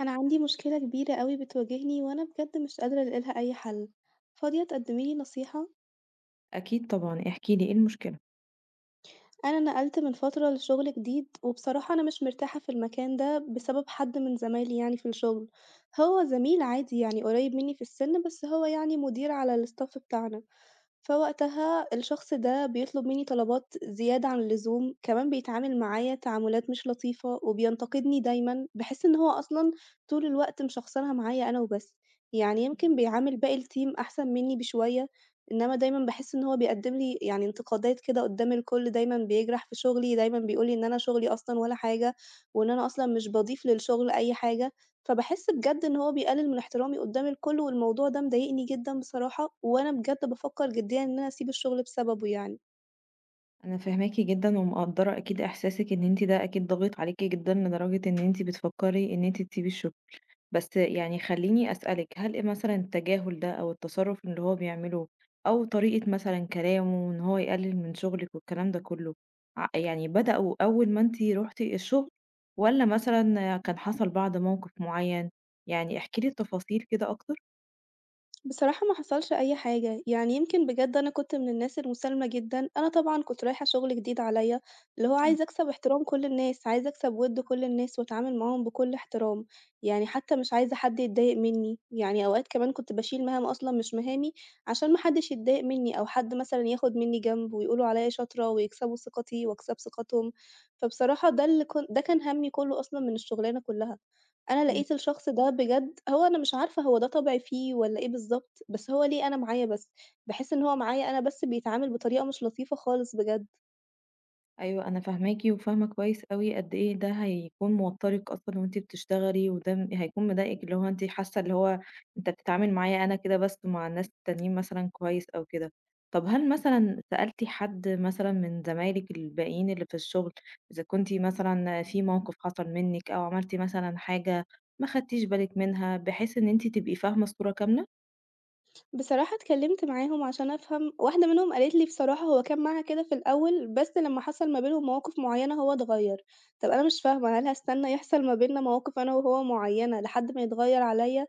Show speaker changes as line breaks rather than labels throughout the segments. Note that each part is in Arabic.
أنا عندي مشكلة كبيرة أوي بتواجهني وأنا بجد مش قادرة ألاقيلها أي حل، فاضية تقدميلي نصيحة؟
أكيد طبعًا، احكي لي إيه المشكلة؟
أنا نقلت من فترة لشغل جديد وبصراحة أنا مش مرتاحة في المكان ده بسبب حد من زمايلي يعني في الشغل، هو زميل عادي يعني قريب مني في السن بس هو يعني مدير على الstaff بتاعنا. فوقتها الشخص ده بيطلب منّي طلبات زيادة عن اللزوم، كمان بيتعامل معايا تعاملات مش لطيفة وبينتقدني دايمًا، باحس إن هو أصلًا طول الوقت مشخصنها معايا أنا وبس، يعني
إمم.
يمكن بيعامل باقي الteam أحسن منّي بشوية، إنّما دايمًا باحس إن هو بيقدّم لي يعني انتقادات كده قدّام الكل، دايمًا بيجرح في شغلي، دايمًا بيقول لي إن أنا شغلي أصلًا ولا حاجة، وإن أنا أصلًا مش باضيف للشغل أي حاجة. فباحس بجد إن هو بيقلل من احترامي قدّام الكل، والموضوع ده مضايقني جدًا بصراحة، وأنا بجد بافكّر جديًا إن أنا أسيب الشغل بسببه يعني.
أنا فاهماكِ جدًا ومقدّرة أكيد إحساسِك إن أنتِ ده أكيد ضاغط عليكِ جدًا لدرجة إن أنتِ بتفكّري إن أنتِ تسيبي الشغل، بس يعني خلّيني أسألِك، هل إيه مثلًا التجاهل ده أو التصرُّف اللي هو بيعمله أو طريقة مثلًا كلامه إن هو يقلِّل من شغلِك والكلام ده كُلّه، يعني بدأوا أول ما أنتِ رُحتِ الشغل والّا مثلًا كان حصل بعد موقف معيّن؟ يعني احكي لي التفاصيل كده أكتر.
بصراحة ما حصلش أي حاجة، يعني يمكن بجد أنا كنت من الناس المُسالمة جدًا، أنا طبعًا كنت رايحة شغل جديد عليَّ، اللي هو عايزة أكسب احترام كل الناس، عايزة أكسب وِد كل الناس وأتعامل معاهم بكل احترام، يعني حتى مش عايزة حد يتضايق منّي، يعني أوقات كمان كنت باشيل مهام أصلًا مش مهامي عشان ما حدش يتضايق منّي، أو حد مثلًا ياخد منّي جنب ويقولوا عليَّ شاطرة ويكسبوا ثقتي وأكسب ثقتهم، فبصراحة ده اللي كن ده كان هَمّي كلّه أصلًا من الشغلانة كلّها. أنا
إمم.
لقيت الشخص ده بجد هو أنا مش عارفة هو ده طبعي فيه والّا إيه بالضبط، بس هو ليه أنا معايا بس، باحس إن هو معايا أنا بس بيتعامل بطريقة مش لطيفة خالص بجد.
أيوه، أنا فاهماكِ وفاهمة كويس أوي قد إيه ده هيكون موتّرِك أصلًا وأنتِ بتشتغلي، وده هيكون مضايقِك، اللي هو أنتِ حاسة اللي هو أنت بتتعامل معايا أنا كده بس ومع الناس التانيين مثلًا كويس أو كده. طب هل مثلًا سألتِ حد مثلًا من زمايلِك الباقيين اللي في الشغل، إذا كنتِ مثلًا في موقف حصل منِّك أو عملتِ مثلًا حاجة ما خدتيش بالِك منها، بحيث إن أنتِ تبقي فاهمة الصورة كاملة؟
بصراحة اتكلّمت معاهم عشان أفهم، واحدة منهم قالت لي بصراحة هو كان معاها كده في الأول، بس لمّا حصل ما بينهم مواقف معيّنة هو اتغيّر. طَب أنا مش فاهمة، هل هاستنى يحصل ما بيننا مواقف أنا وهو معيّنة لحد ما يتغيّر عليّا؟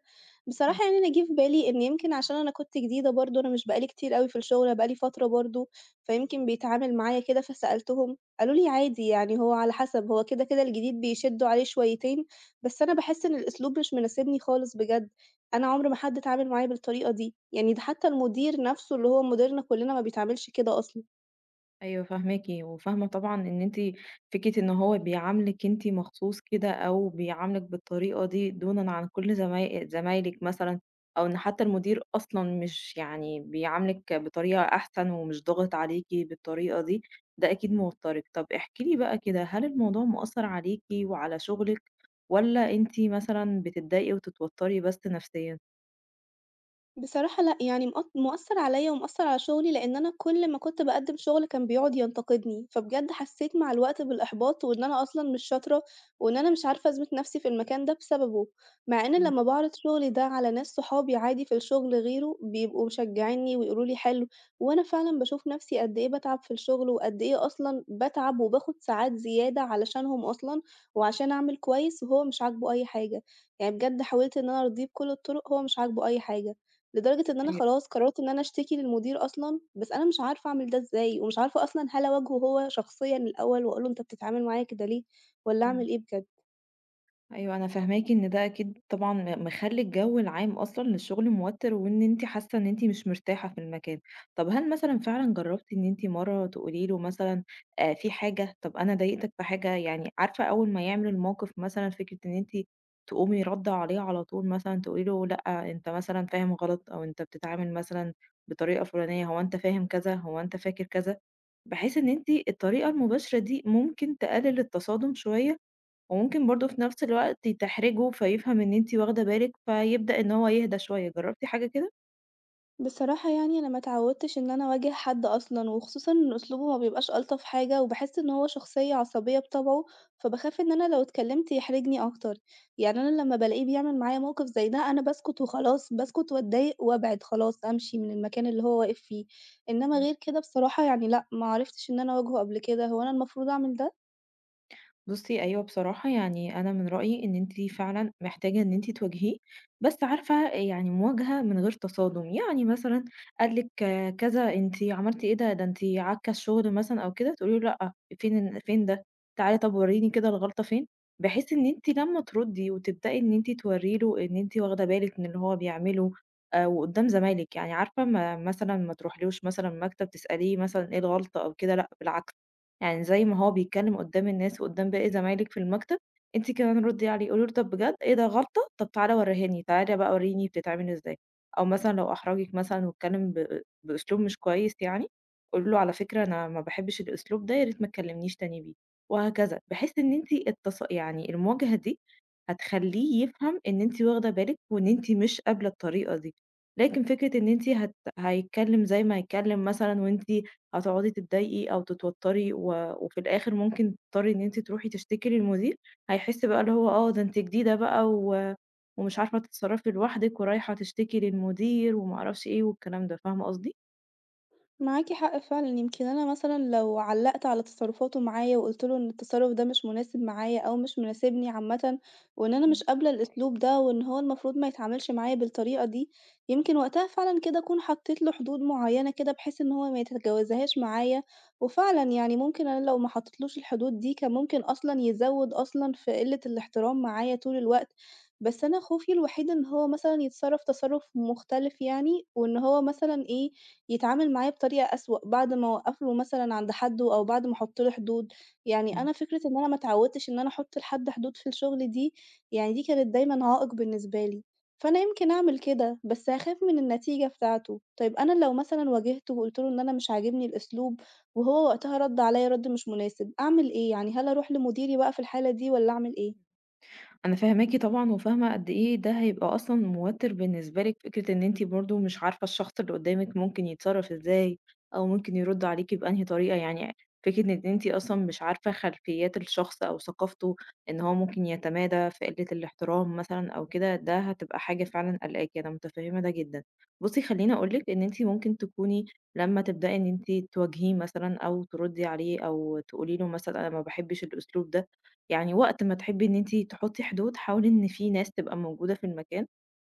بصراحة يعني أنا جِه في بالي إن يمكن عشان أنا كنت جديدة برضه، أنا مش بقى لي كتير أوي في الشغل، أنا بقى لي فترة برضه، فيمكن بيتعامل معايا كده، فسألتهم، قالوا لي: "عادي يعني هو على حسب، هو كده، كده الجديد بيشدّوا عليه شويتين." بس أنا باحس إن الأسلوب مش مناسبني خالص بجد. أنا عمر ما حد اتعامل معايا بالطريقة دي، يعني ده حتى المدير نَفْسه اللي هو مديرنا كُلّنا ما بيتعاملش كده أصلًا.
أيوه فاهماكِ، وفاهمة طبعًا إن أنتِ فكرة إن هو بيعاملِك أنتِ مخصوص كده أو بيعاملِك بالطريقة دي دونًا عن كل زمايلِك مثلًا، أو إن حتى المدير أصلًا مش يعني بيعاملِك بطريقة أحسن ومش ضاغط عليكِ بالطريقة دي، ده أكيد موتّرِك. طب احكي لي بقى كده، هل الموضوع مأثّر عليكِ وعلى شغلِك، والّا أنتِ مثلًا بتتضايقي وتتوتّري بس نفسيًا؟
بصراحة لأ، يعني مأثّر عليَّ ومأثّر على شغلي، لإن أنا كل ما كنت باقدّم شغل كان بيقعد ينتقدني، فبجد حسّيت مع الوقت بالإحباط وإن أنا أصلًا مش شاطرة، وإن أنا مش عارفة أثبت نَفْسي في المكان ده بسببه، مع إن
إمم،
لمّا باعرض شغلي ده على ناس صحابي عادي في الشغل غيره بيبقوا مشجعينّي ويقولوا لي حلو، وأنا فعلًا باشوف نَفْسي قد إيه باتعب في الشغل وقد إيه أصلًا باتعب وباخد ساعات زيادة علشانهم أصلًا وعشان أعمل كويس وهو مش عاجبه أي حاجة، يعني بجد حاولت إن أنا أرضيه بكل الطُرق، هو مش عاجبه أي حاجة. لدرجة إن أنا
أيوه.
خلاص قررت إن أنا أشتكي للمدير أصلًا، بس أنا مش عارفة أعمل ده إزاي، ومش عارفة أصلًا هل أواجهه هو شخصيًا الأول وأقول له أنت بتتعامل معايا كده ليه والّا
إمم.
أعمل إيه بجد؟
أيوه، أنا فاهماكِ إن ده أكيد طبعًا مخلّي الجو العام أصلًا للشغل موتِّر، وإن أنتِ حاسة إن أنتِ مش مرتاحة في المكان. طَب هل مثلًا فعلًا جرّبتِ إن أنتِ مرّة تقولي له مثلًا في حاجة، طَب أنا ضايقتك في حاجة؟ يعني عارفة أول ما يعمل الموقف مثلًا فكرة إن أنتِ تقومي رادّة عليه على طول، مثلًا تقولي له لأ، أنت مثلًا فاهم غلط أو أنت بتتعامل مثلًا بطريقة فُلانية، هو أنت فاهم كذا، هو أنت فاكر كذا؟ بحيث إن أنتِ الطريقة المباشرة دي ممكن تقلل التصادم شوية؟ وممكن برضه في نفس الوقت تحرجه فيفهم إن أنتِ واخدة بالِك، فيبدأ إن هو يهدى شوية. جربتِ حاجة كده؟
بصراحة يعني أنا ما اتعودتش إن أنا أواجه حد أصلًا، وخصوصًا إن أسلوبه ما بيبقاش ألطف حاجة، وباحس إن هو شخصية عصبية بطبعه، فباخاف إن أنا لو اتكلمت يحرجني أكتر. يعني أنا لمّا بالاقيه بيعمل معايا موقف زي ده، أنا باسكت وخلاص، باسكت واتضايق وابعد خلاص، أمشي من المكان اللي هو واقف فيه. إنما غير كده بصراحة يعني لأ، ما عرفتش إن أنا أواجهه قبل كده، هو أنا المفروض أعمل ده؟
بُصّي، أيوه بصراحة يعني أنا من رأيي إن أنتِ فعلًا محتاجة إن أنتِ تواجهيه، بس عارفة يعني مواجهة من غير تصادم. يعني مثلًا قال لِك كذا، أنتِ عملتِ إيه ده؟ ده أنتِ عاكة الشغل مثلًا أو كده، تقولي له لأ، فين ده؟ تعالي طب وريني كده الغلطة فين، بحيث إن أنتِ لمّا تردي وتبدئي إن أنتِ تورّي له إن أنتِ واخدة بالِك من اللي هو بيعمله، وقدّام زمايلِك، يعني عارفة ما مثلًا ما تروحيلوش مثلًا مكتب تسأليه مثلًا إيه الغلطة أو كده، لأ، بالعكس. يعني زي ما هو بيتكلم قدّام الناس وقدّام باقي زمايلِك في المكتب، أنتِ كمان ردّي عليه، قولي له طَب بجد إيه ده غلطة؟ طَب تعالَ ورّيهاني، تعالَ بقى ورّيني بتتعمل إزاي. أو مثلًا لو أحرجِك مثلًا واتكلم بأسلوب مش كويس، يعني قولي له على فكرة أنا ما باحبش الأسلوب ده، يا ريت ما تكلمنيش تاني بيه، وهكذا. بحيث إن أنتِ يعني المواجهة دي هتخلّيه يفهم إن أنتِ واخدة بالِك وإن أنتِ مش قابلة الطريقة دي. لكن فكرة إن أنتِ هيتكلم زي ما هيتكلم مثلًا وأنتِ هتقعدي تتضايقي أو تتوتري، و وفي الآخر ممكن تضطري إن أنتِ تروحي تشتكي للمدير، هيحس بقى اللي هو آه، ده أنتِ جديدة بقى و ومش عارفة تتصرّفي لوحدِك ورايحة تشتكي للمدير وما أعرفش إيه والكلام ده. فاهمة قصدي؟
معاكِ حق فعلًا، يمكن أنا مثلًا لو علّقت على تصرفاته معايا وقُلت له إن التصرف ده مش مناسب معايا أو مش مناسبني عامةً، وإن أنا مش
إمم.
قابلة الأسلوب ده، وإن هو المفروض ما يتعاملش معايا بالطريقة دي، يمكن وقتها فعلًا كده أكون حطيت له حدود معيّنة كده بحيث إن هو ما يتجاوزهاش معايا، وفعلًا يعني ممكن أنا لو ما حطيتلوش الحدود دي كان ممكن أصلًا يزوّد أصلًا في قلة الاحترام معايا طول الوقت. بس أنا خوفي الوحيد إن هو مثلًا يتصرّف تصرُّف مختلف يعني، وإن هو مثلًا إيه، يتعامل معايا بطريقة أسوأ بعد ما أوقّف له مثلًا عند حدُّه أو بعد ما أحُط له حدود. يعني
إمم.
أنا فكرة إن أنا ما اتعوّدتش إن أنا أحُط لحد حدود في الشغل دي، يعني دي كانت دايمًا عائق بالنسبة لي، فأنا يمكن أعمل كده، بس هاخاف من النتيجة بتاعته. طيب أنا لو مثلًا واجهته وقُلت له إن أنا مش عاجبني الأسلوب وهو وقتها رَد عليّا رَد مش مناسب، أعمل إيه؟ يعني هل أروح لمديري بقى في الحالة دي والّا أعمل إيه؟
أنا فاهماكِ طبعًا، وفاهمة قد إيه ده هيبقى أصلًا موتِّر بالنسبة لِك. فكرة إن أنتِ برضه مش عارفة الشخص اللي قدّامِك ممكن يتصرّف إزاي أو ممكن يرُد عليكِ بأنهي طريقة، يعني فكرة إن أنتِ أصلًا مش عارفة خلفيات الشخص أو ثقافته، إن هو ممكن يتمادى في قِلّة الاحترام مثلًا أو كده، ده هتبقى حاجة فعلًا قالقاكِ، أنا متفهّمة ده جدًا. بُصّي، خلّيني أقول لِك إن أنتِ ممكن تكوني لمّا تبدئي إن أنتِ تواجهيه مثلًا أو تردّي عليه أو تقولي له مثلًا أنا ما باحبّش الأسلوب ده، يعني وقت ما تحبي إن أنتِ تحطّي حدود، حاولي إن في ناس تبقى موجودة في المكان،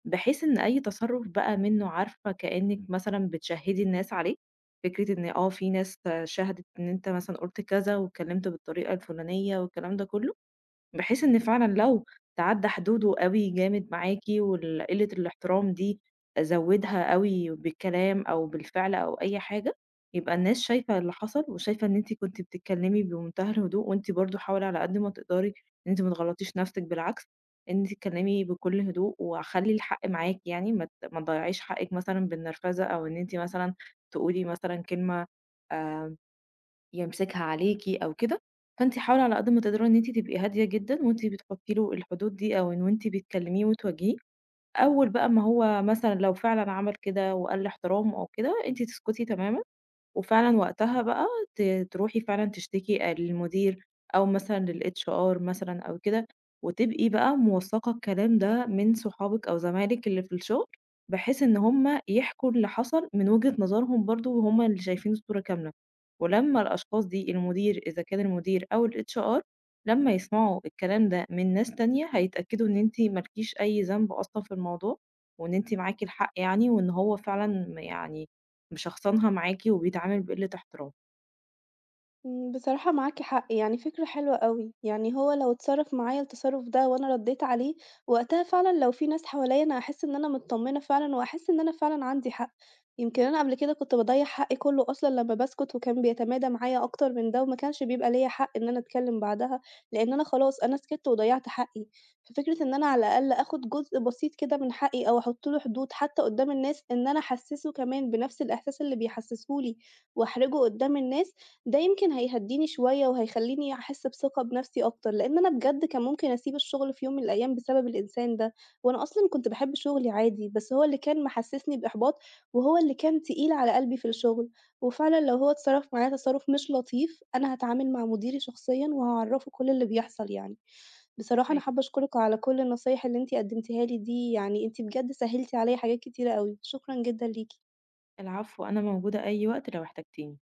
بحيث إن أي تصرُّف بقى منّه عارفة كإنِّك مثلًا بتشهّدي الناس عليه، فكرة إن في ناس شهدِت إن أنت مثلًا قُلت كذا واتكلّمت بالطريقة الفُلانية والكلام ده كلّه. بحيث إن فعلًا لو تعدّى حدوده أوي جامد معاكِ قِلّة الاحترام دي زوّدها أوي بالكلام أو بالفعل أو أي حاجة، يبقى الناس شايفة اللي حصل وشايفة إن أنتِ كنتِ بتتكلّمي بمنتهى الهدوء. وأنتِ برضه حاولي على قد ما تقدري إن أنتِ ما تغلّطيش نَفْسِك بالعكس، إن أنتِ تتكلّمي بكل هدوء وخلّي الحق معاكِ، يعني ما تضيّعيش حقِّك مثلًا بالنرفزة أو إن أنتِ مثلًا تقولي مثلًا كلمة آآ يمسكها عليكِ أو كده. فأنتِ حاولي على قد ما تقدري إن أنتِ تبقي هادية جدًا وأنتِ بتحطّي له الحدود دي، أو وأنتِ بتكلميه وتواجهيه. أول بقى ما هو مثلًا لو فعلًا عمل كده وقَل احترامه أو كده، أنتِ تسكتي تمامًا، وفعلًا وقتها بقى ت تروحي فعلًا تشتكي للمدير أو مثلًا للHR مثلًا أو كده، وتبقي بقى موثّقة الكلام ده من صحابِك أو زمايلِك اللي في الشغل، بحيث إن هُم يحكوا اللي حصل من وجهة نظرهم برضه وهُم اللي شايفين الصورة كاملة، ولمّا الأشخاص دي المدير إذا كان المدير أو الHR لمّا يسمعوا الكلام ده من ناس تانية هيتأكدوا إن أنتِ ما لكيش أي ذنب أصلًا في الموضوع، وإن أنتِ معاكِ الحق يعني، وإن هو فعلًا يعني مشخصنها معاكِ وبيتعامل بقلة احترام.
بصراحة معاكِ حق، يعني فكرة حلوة أوي، يعني هو لو اتصرّف معايا التصرُّف ده وأنا ردّيت عليه، وقتها فعلًا لو في ناس حواليّا أنا هاحس إن أنا متطمّنة فعلًا وهاحس إن أنا فعلًا عندي حق، يمكن أنا قبل كده كنت باضيّع حقّي كلّه أصلًا لمّا باسكت وكان بيتمادى معايا أكتر من ده وما كانش بيبقى ليّا حق إن أنا أتكلّم بعدها، لإن أنا خلاص أنا سكت وضيّعت حقّي، ففكرة إن أنا على الأقل آخُد جزء بسيط كده من حقّي أو أحُط له حدود حتى قُدّام الناس، إن أنا أحسّسه كمان بنفس الإحساس اللي بيحسّسه لي واحرجه قُدّام الناس، ده يمكن هيهدّيني شوية وهيخلّيني أحس بثقة بنَفْسي أكتر، لإن أنا بجد كان ممكن أسيب الشغل في يوم من الأيام بسبب الإنسان ده، وأنا أصلًا كنت باحب شغلي عادي، بس هو اللي كان محسّسني بإحباط، وهو اللي كان تقيل على قلبي في الشغل، وفعلًا لو هو اتصرف معايا تصرُّف مش لطيف، أنا هاتعامل مع مديري شخصيًا وهاعرّفه كل اللي بيحصل يعني. بصراحة أنا حابة
أيوه.
أشكرِك على كل النصايح اللي أنتِ قدّمتيها لي دي، يعني أنتِ بجد سهّلتِ عليّا حاجات كتيرة أوي، شكرًا جدًا ليكِ.
العفو، أنا موجودة أي وقت لو احتجتيني.